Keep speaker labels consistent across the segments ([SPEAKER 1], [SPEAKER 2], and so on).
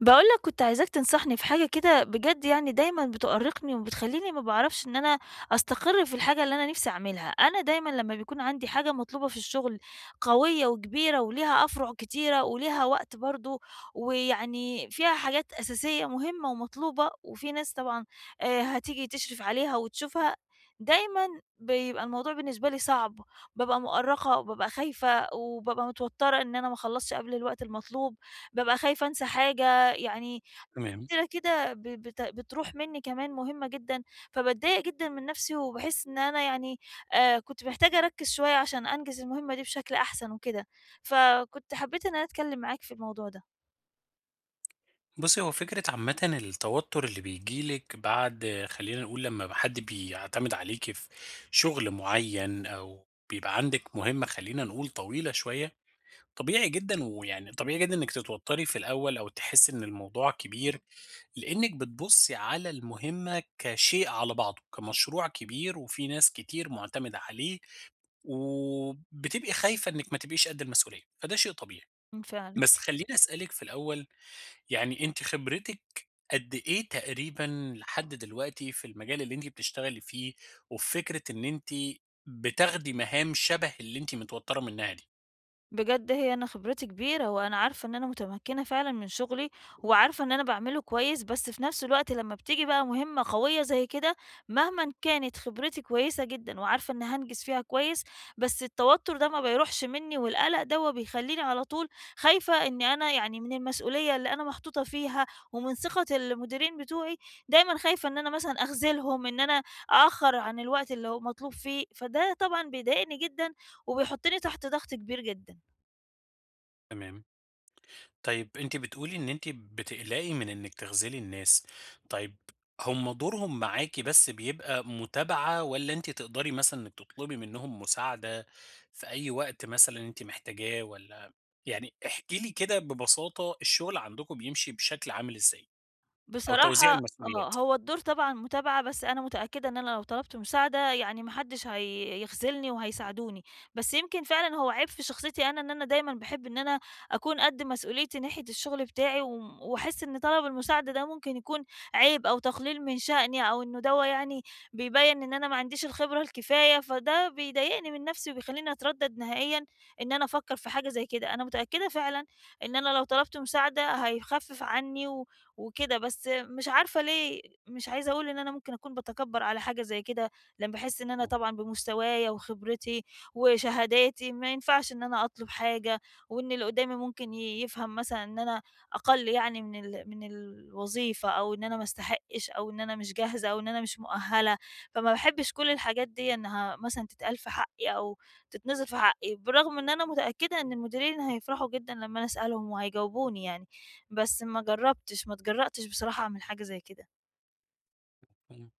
[SPEAKER 1] باقول لك، كنت عايزاك تنصحني في حاجة كده. بجد يعني دايمًا بتؤرقني وبتخلّيني ما باعرفش إن أنا أستقر في الحاجة اللي أنا نفسي أعملها، أنا دايمًا لمّا بيكون عندي حاجة مطلوبة في الشغل قوية وكبيرة وليها أفرع كتيرة وليها وقت برضه، ويعني فيها حاجات أساسية مهمة ومطلوبة، وفي ناس طبعًا هتيجي تشرف عليها وتشوفها، دايمًا بيبقى الموضوع بالنسبة لي صعب، بابقى مؤرقة وبابقى خايفة وبابقى متوترة إن أنا ما اخلصش قبل الوقت المطلوب، بابقى خايفة أنسى حاجة يعني
[SPEAKER 2] تمام.
[SPEAKER 1] فترة كده ب بت بتروح منّي كمان مهمة جدًا، فباتضايق جدًا من نَفْسي وباحس إن أنا يعني كنت محتاجة أركّز شوية عشان أنجز المهمة دي بشكل أحسن وكده، فكنت حبّيت إن أنا أتكلّم معاك في الموضوع ده.
[SPEAKER 2] بُصّي، هو فكرة عامةً التوتُّر اللي بييجي لِك بعد خلّينا نقول لمّا حد بيعتمد عليكِ في شغل معيّن، أو بيبقى عندِك مهمة خلّينا نقول طويلة شوية. طبيعي جدًا، ويعني طبيعي جدًا إنِّك تتوتَّري في الأول، أو تحسّي إن الموضوع كبير، لإنِّك بتبُصّي على المهمة كشيء على بعضه، كمشروع كبير وفي ناس كتير مُعتمدة عليه، وبتبقي خايفة إنِّك ما تبقيش قد المسؤولية، فده شيء طبيعي.
[SPEAKER 1] إمم، فعلًا.
[SPEAKER 2] بس خلّيني أسألِك في الأول، يعني أنتِ خبرتِك قد إيه تقريبًا لحد دلوقتي في المجال اللي أنتِ بتشتغلي فيه، وفي فكرة إن أنتِ بتاخدي مهام شبه اللي أنتِ متوترة منها دي؟
[SPEAKER 1] بجد هي أنا خبرتي كبيرة، وأنا عارفة إن أنا متمكنة فعلًا من شغلي، وعارفة إن أنا باعمله كويس، بس في نفس الوقت لمّا بتيجي بقى مهمة قوية زي كده، مهمًا كانت خبرتي كويسة جدًا وعارفة إن هانجز فيها كويس، بس التوتر ده ما بيروحش مني، والقلق دوّة بيخلّيني على طول خايفة إن أنا يعني من المسؤولية اللي أنا محطوطة فيها، ومن ثقة المديرين بتوعي، دايمًا خايفة إن أنا مثلًا أخذلهم، إن أنا أأخّر عن الوقت اللي هو مطلوب فيه، فده طبعًا بيضايقني جدًا، وبيحطني تحت ضغط كبير جدًا.
[SPEAKER 2] تمام، طيب أنتِ بتقولي إن أنتِ بتقلقي من إنِك تخذلي الناس. طيب، هم دورهم معاكِ بس بيبقى متابعة، والّا أنتِ تقدري مثلًا إنِك تطلبي منهم مساعدة في أي وقت مثلًا أنتِ محتاجاه، والّا يعني احكي لي كده ببساطة، الشغل عندكم بيمشي بشكل عامل إزاي؟ أو توزيع
[SPEAKER 1] بصراحة آه،
[SPEAKER 2] المسؤوليات.
[SPEAKER 1] هو الدور طبعًا متابعة، بس أنا متأكدة إن أنا لو طلبت مساعدة يعني ما حدش هيخذلني وهيساعدوني، بس يمكن فعلًا هو عيب في شخصيتي أنا إن أنا دايمًا باحب إن أنا أكون قد مسؤوليتي ناحية الشغل بتاعي، وأحس إن طلب المساعدة ده ممكن يكون عيب أو تقليل من شأني، أو إنه دَوّة يعني بيبيّن إن أنا ما عنديش الخبرة الكفاية، فده بيضايقني من نفسي وبيخلّيني أتردد نهائيًا إن أنا أفكر في حاجة زي كده. أنا متأكدة فعلًا إن أنا لو طلبت مساعدة هيخفف عني و وكده، بس مش عارفة ليه مش عايزة أقول إن أنا ممكن أكون باتكبّر على حاجة زي كده، لمّا باحس إن أنا طبعًا بمستوايا وخبرتي وشهاداتي ما ينفعش إن أنا أطلب حاجة، وإن اللي قدّامي ممكن يفهم مثلًا إن أنا أقَل يعني من الوظيفة، أو إن أنا ما أستحقش، أو إن أنا مش جاهزة، أو إن أنا مش مؤهلة، فما باحبش كل الحاجات دي إنها مثلًا تتقال في حقي أو تتنِزِل في حقي، بالرغم إن أنا متأكدة إن المديرين هيفرحوا جدًا لمّا أنا أسألهم وهيجاوبوني يعني. بس ما جرّبتش، ما اتجرأتش بصراحة أعمل حاجة زي كده.
[SPEAKER 2] إمم.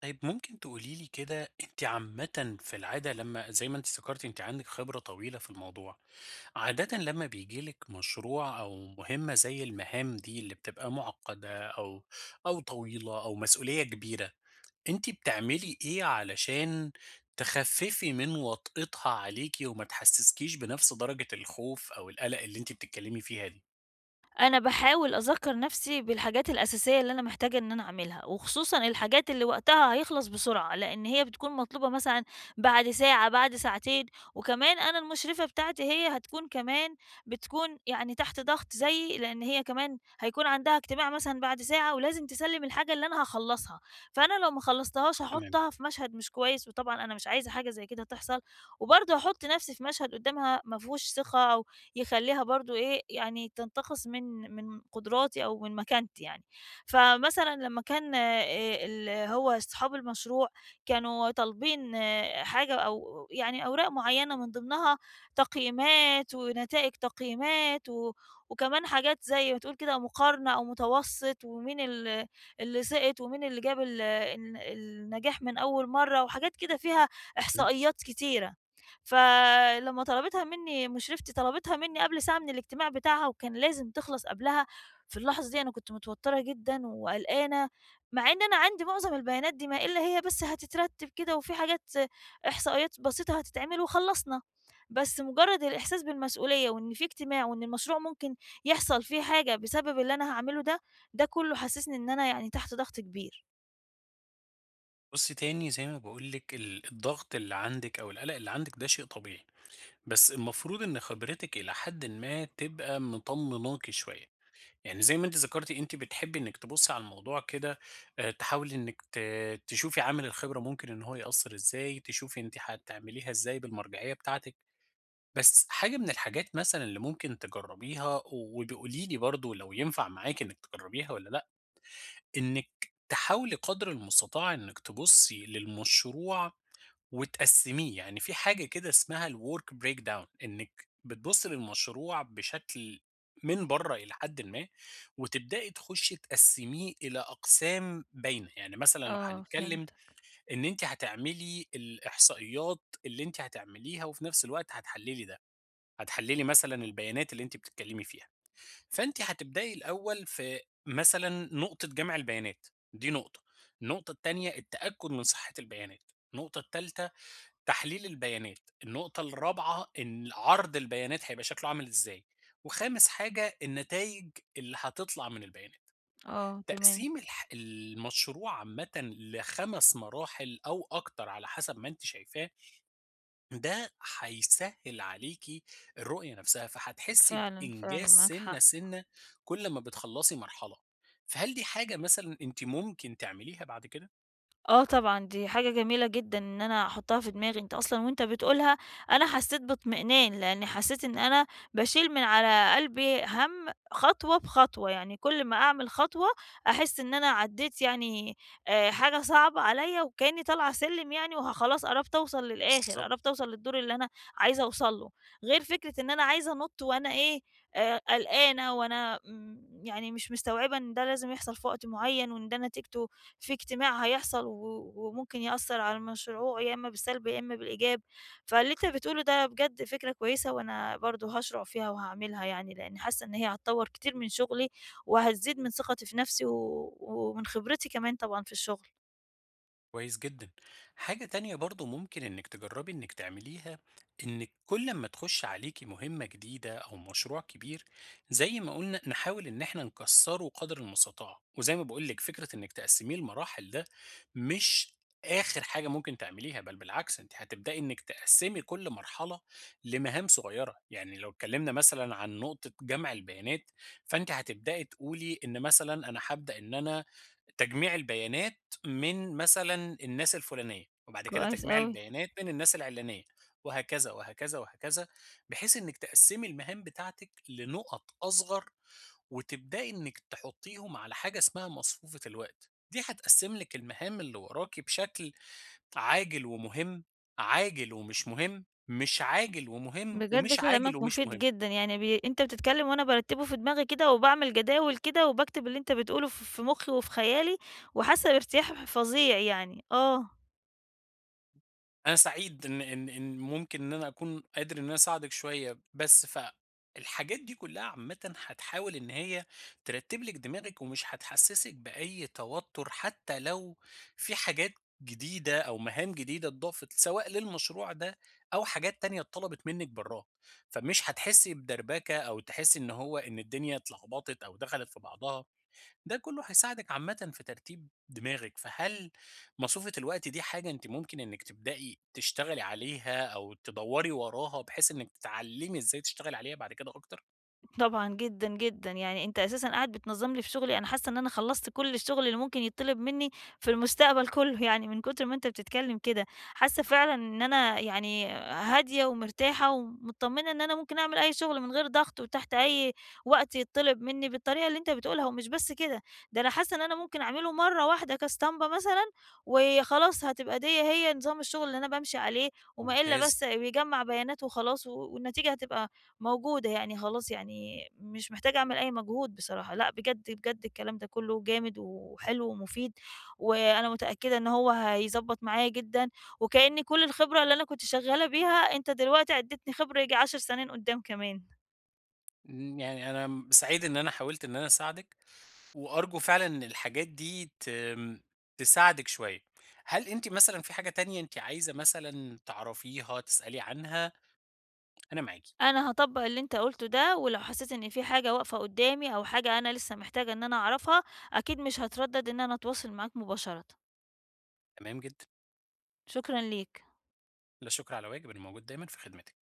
[SPEAKER 2] طيب، ممكن تقولي لي كده، أنتِ عامةً في العادة، لمّا زي ما أنتِ ذكرتِ أنتِ عندِك خبرة طويلة في الموضوع، عادةً لمّا بييجي لِك مشروع أو مهمة زي المهام دي اللي بتبقى معقدة، أو طويلة أو مسؤولية كبيرة، أنتِ بتعملي إيه علشان تخففي من وطأتها عليكِ، وما تحسسكيش بنفس درجة الخوف أو القلق اللي أنتِ بتتكلمي فيها دي؟
[SPEAKER 1] أنا باحاول أذكّر نَفْسي بالحاجات الأساسية اللي أنا محتاجة إن أنا أعملها، وخصوصًا الحاجات اللي وقتها هيخلص بسرعة، لإن هي بتكون مطلوبة مثلًا بعد ساعة، بعد ساعتين، وكمان أنا المشرفة بتاعتي هي هتكون كمان بتكون يعني تحت ضغط زيي، لإن هي كمان هيكون عندها اجتماع مثلًا بعد ساعة ولازم تسلِّم الحاجة اللي أنا هاخلّصها، فأنا لو ما خلّصتهاش
[SPEAKER 2] تمام.
[SPEAKER 1] هاحُطّها في مشهد مش كويس، وطبعًا أنا مش عايزة حاجة زي كده تحصل، وبرضه هاحُط نَفْسي في مشهد قُدّامها ما فيهوش ثقة، أو يخلّيها برضه إيه، يعني تنتقص من قدراتي أو من مكانتي يعني. فمثلًا لمّا كان ال هو أصحاب المشروع كانوا طالبين حاجة، أو يعني أوراق معيّنة من ضمنها تقييمات ونتائج تقييمات و وكمان حاجات زي ما تقول كده مقارنة أو متوسط، ومين اللي سقط، ومين اللي جاب ال الن النجاح من أول مرّة وحاجات كده فيها إحصائيات كتيرة. فلمّا طلبتها منّي مُشرفتي طلبتها منّي قبل ساعة من الاجتماع بتاعها، وكان لازم تخلص قبلها، في اللحظة دي أنا كنت متوتّرة جدًا وقلقانة، مع إن أنا عندي معظم البيانات دي، ما إلا هي بس هتترتّب كده وفي حاجات إحصائيات بسيطة هتتعمل وخلّصنا، بس مُجرّد الإحساس بالمسؤولية وإن في اجتماع وإن المشروع ممكن يحصل فيه حاجة بسبب اللي أنا هاعمله ده، ده كُلّه حسّسني إن أنا يعني تحت ضغط كبير.
[SPEAKER 2] بُصّي تاني، زي ما باقول لِك الضغط اللي عندِك أو القلق اللي عندِك ده شيء طبيعي، بس المفروض إن خبرتِك إلى حدٍ ما تبقى مطمناكِ شوية. يعني زي ما أنتِ ذكرتِ، أنتِ بتحبي إنِّك تبُصّي على الموضوع كده، تحاولي إنِّك تشوفي عامل الخبرة ممكن إن هو يأثّر إزاي، تشوفي أنتِ هتعمليها إزاي بالمرجعية بتاعتِك. بس حاجة من الحاجات مثلًا اللي ممكن تجرّبيها، وابقي قولي لي برضه لو ينفع معاكِ إنِّك تجرّبيها والّا لأ، إنِّك تحاولي قدر المستطاع إنِّك تبُصّي للمشروع وتقسّميه. يعني في حاجة كده اسمها الwork breakdown، إنِّك بتبُصّي للمشروع بشكل من برّه إلى حدٍ ما، وتبدئي تخشّي تقسّميه إلى أقسام باينة. يعني مثلًا لو
[SPEAKER 1] آه
[SPEAKER 2] هنتكلّم
[SPEAKER 1] فهمتك.
[SPEAKER 2] إن أنتِ هتعملي الإحصائيات اللي أنتِ هتعمليها، وفي نفس الوقت هتحلّلي ده، هتحلّلي مثلًا البيانات اللي أنتِ بتتكلّمي فيها، فأنتِ هتبدئي الأول في مثلًا نقطة جمع البيانات. دي نقطة. النقطة التانية التأكُّد من صحّة البيانات. النقطة التالتة تحليل البيانات. النقطة الرابعة إن عرض البيانات هيبقى شكله عامل إزاي. وخامس حاجة النتايج اللي هتطلع من البيانات.
[SPEAKER 1] آه تمام،
[SPEAKER 2] تقسيم المشروع عامةً ل5 مراحل أو أكتر على حسب ما أنتِ شايفاه، ده هيسهّل عليكِ الرؤية نفسها، فهتحسّي
[SPEAKER 1] فعلًا،
[SPEAKER 2] بإنجاز
[SPEAKER 1] فعلًا معاك
[SPEAKER 2] سِنّة،
[SPEAKER 1] حق.
[SPEAKER 2] سِنّة كل ما بتخلّصي مرحلة. فهل دي حاجة مثلًا أنتِ ممكن تعمليها بعد كده؟
[SPEAKER 1] آه طبعًا، دي حاجة جميلة جدًا إن أنا أحطها في دماغي، أنت أصلًا وأنت بتقولها أنا حسيت باطمئنان، لأني حسيت إن أنا باشيل من على قلبي هَم، خطوة بخطوة، يعني كل ما أعمل خطوة أحس إن أنا عدّيت يعني حاجة صعبة عليّا، وكإني طالعة سلِّم يعني خلاص قربت أوصل للآخر،
[SPEAKER 2] بالضبط.
[SPEAKER 1] قربت أوصل للدور اللي أنا عايزة أوصل له، غير فكرة إن أنا عايزة أنُط وأنا إيه، قلقانة، وأنا يعني مش مستوعبة إن ده لازم يحصل في وقت معيّن وإن ده نتيجته في اجتماع هيحصل و وممكن يأثّر على المشروع يا إمّا بالسلب يا إمّا بالإيجاب، فاللي أنت بتقوله ده بجد فكرة كويسة، وأنا برضه هاشرُع فيها وهاعملها يعني، لإن حاسّة إن هي هتطوّر كتير من شغلي وهتزيد من ثقتي في نَفْسي و ومن خبرتي كمان طبعًا في الشغل.
[SPEAKER 2] كويس جدًا. حاجة تانية برضه ممكن إنِّك تجرّبي إنِّك تعمليها، إنِّك كل أمّا تخُش عليكِ مهمة جديدة أو مشروع كبير، زي ما قُلنا نحاول إن إحنا نكسّره قدر المستطاع، وزي ما باقول لِك فكرة إنِّك تقسّميه لمراحل، ده مش آخِر حاجة ممكن تعمليها، بل بالعكس أنتِ هتبدئي إنِّك تقسّمي كل مرحلة لمهام صغيّرة. يعني لو اتكلّمنا مثلًا عن نقطة جمع البيانات، فأنتِ هتبدئي تقولي إن مثلًا أنا هابدأ إن أنا تجميع البيانات من مثلًا الناس الفلانية، وبعد كده
[SPEAKER 1] كويس
[SPEAKER 2] تجميع
[SPEAKER 1] أوي.
[SPEAKER 2] البيانات من الناس العلانية، وهكذا، وهكذا، وهكذا، بحيث إنِّك تقسّمي المهام بتاعتِك لنُقط أصغر، وتبدئي إنِّك تحطّيهم على حاجة اسمها مصفوفة الوقت. دي هتقسّم لِك المهام اللي وراكِ بشكل: عاجل ومهم، عاجل ومش مهم، مش عاجل ومهم،
[SPEAKER 1] بجد
[SPEAKER 2] ومش عاجل
[SPEAKER 1] كلامك
[SPEAKER 2] ومش
[SPEAKER 1] مفيد
[SPEAKER 2] مهم.
[SPEAKER 1] جدًا، يعني أنت بتتكلّم وأنا بارتّبه في دماغي كده وباعمل جداول كده وباكتب اللي أنت بتقوله في مُخّي وفي خيالي، وحاسّة بارتياح فظيع يعني، آه.
[SPEAKER 2] أنا سعيد إن ممكن إن أنا أكون قادر إن أنا أساعدِك شوية. بس الحاجات دي كلّها عامةً هتحاول إن هي ترتّب لِك دماغِك، ومش هتحسّسِك بأي توتُّر، حتّى لو في حاجات جديدة أو مهام جديدة اتضافت، سواء للمشروع ده أو حاجات تانية اتطلبت منِّك برّاه، فمش هتحسّي بدربكة أو تحسّي إن الدنيا اتلخبطت أو دخلت في بعضها. ده كله هيساعدِك عامةً في ترتيب دماغِك. فهل ماسورة الوقت دي حاجة أنتِ ممكن إنِّك تبدئي تشتغلي عليها، أو تدوّري وراها بحيث إنِّك تتعلّمي إزاي تشتغلي عليها بعد كده أكتر؟
[SPEAKER 1] طبعًا جدًا، جدًا، يعني أنت أساسًا قاعد بتنظّم لي في شغلي، أنا حاسة إن أنا خلّصت كل الشغل اللي ممكن يتطلب مني في المستقبل كله يعني من كتر ما أنت بتتكلم كده، حاسة فعلًا إن أنا يعني هادية ومرتاحة ومتطمنة إن أنا ممكن أعمل أي شغل من غير ضغط وتحت أي وقت يتطلب مني بالطريقة اللي أنت بتقولها، ومش بس كده، ده أنا حاسة إن أنا ممكن أعمله مرة واحدة كاستامبا مثلًا، وخلاص هتبقى ديّا هي نظام الشغل اللي أنا بامشي عليه، وما إلا
[SPEAKER 2] ممتاز.
[SPEAKER 1] بس بيجمّع بيانات وخلاص و والنتيجة هتبقى موجودة يعني، خلاص يعني مش محتاجة أعمل أي مجهود بصراحة، لأ بجد، بجد الكلام ده كله جامد وحلو ومفيد، وأنا متأكدة إن هو هيضبّط معايا جدًا، وكأن كل الخبرة اللي أنا كنت شغّالة بيها أنت دلوقتي عدّيتني خبرة ييجي 10 سنين قدّام كمان.
[SPEAKER 2] يعني أنا سعيد إن أنا حاولت إن أنا أساعدِك، وأرجو فعلًا إن الحاجات دي تساعدِك شوية. هل أنتِ مثلًا في حاجة تانية أنتِ عايزة مثلًا تعرفيها، تسألي عنها؟ أنا معاكِ.
[SPEAKER 1] أنا هاطبّق اللي أنت قُلته ده، ولو حسيت إن في حاجة واقفة قدّامي أو حاجة أنا لسه محتاجة إن أنا أعرفها، أكيد مش هاتردد إن أنا أتواصل معاك مباشرةً.
[SPEAKER 2] تمام جدًا.
[SPEAKER 1] شكرًا ليك.
[SPEAKER 2] لا شكر على واجب، أنا موجود دايمًا في خدمتِك.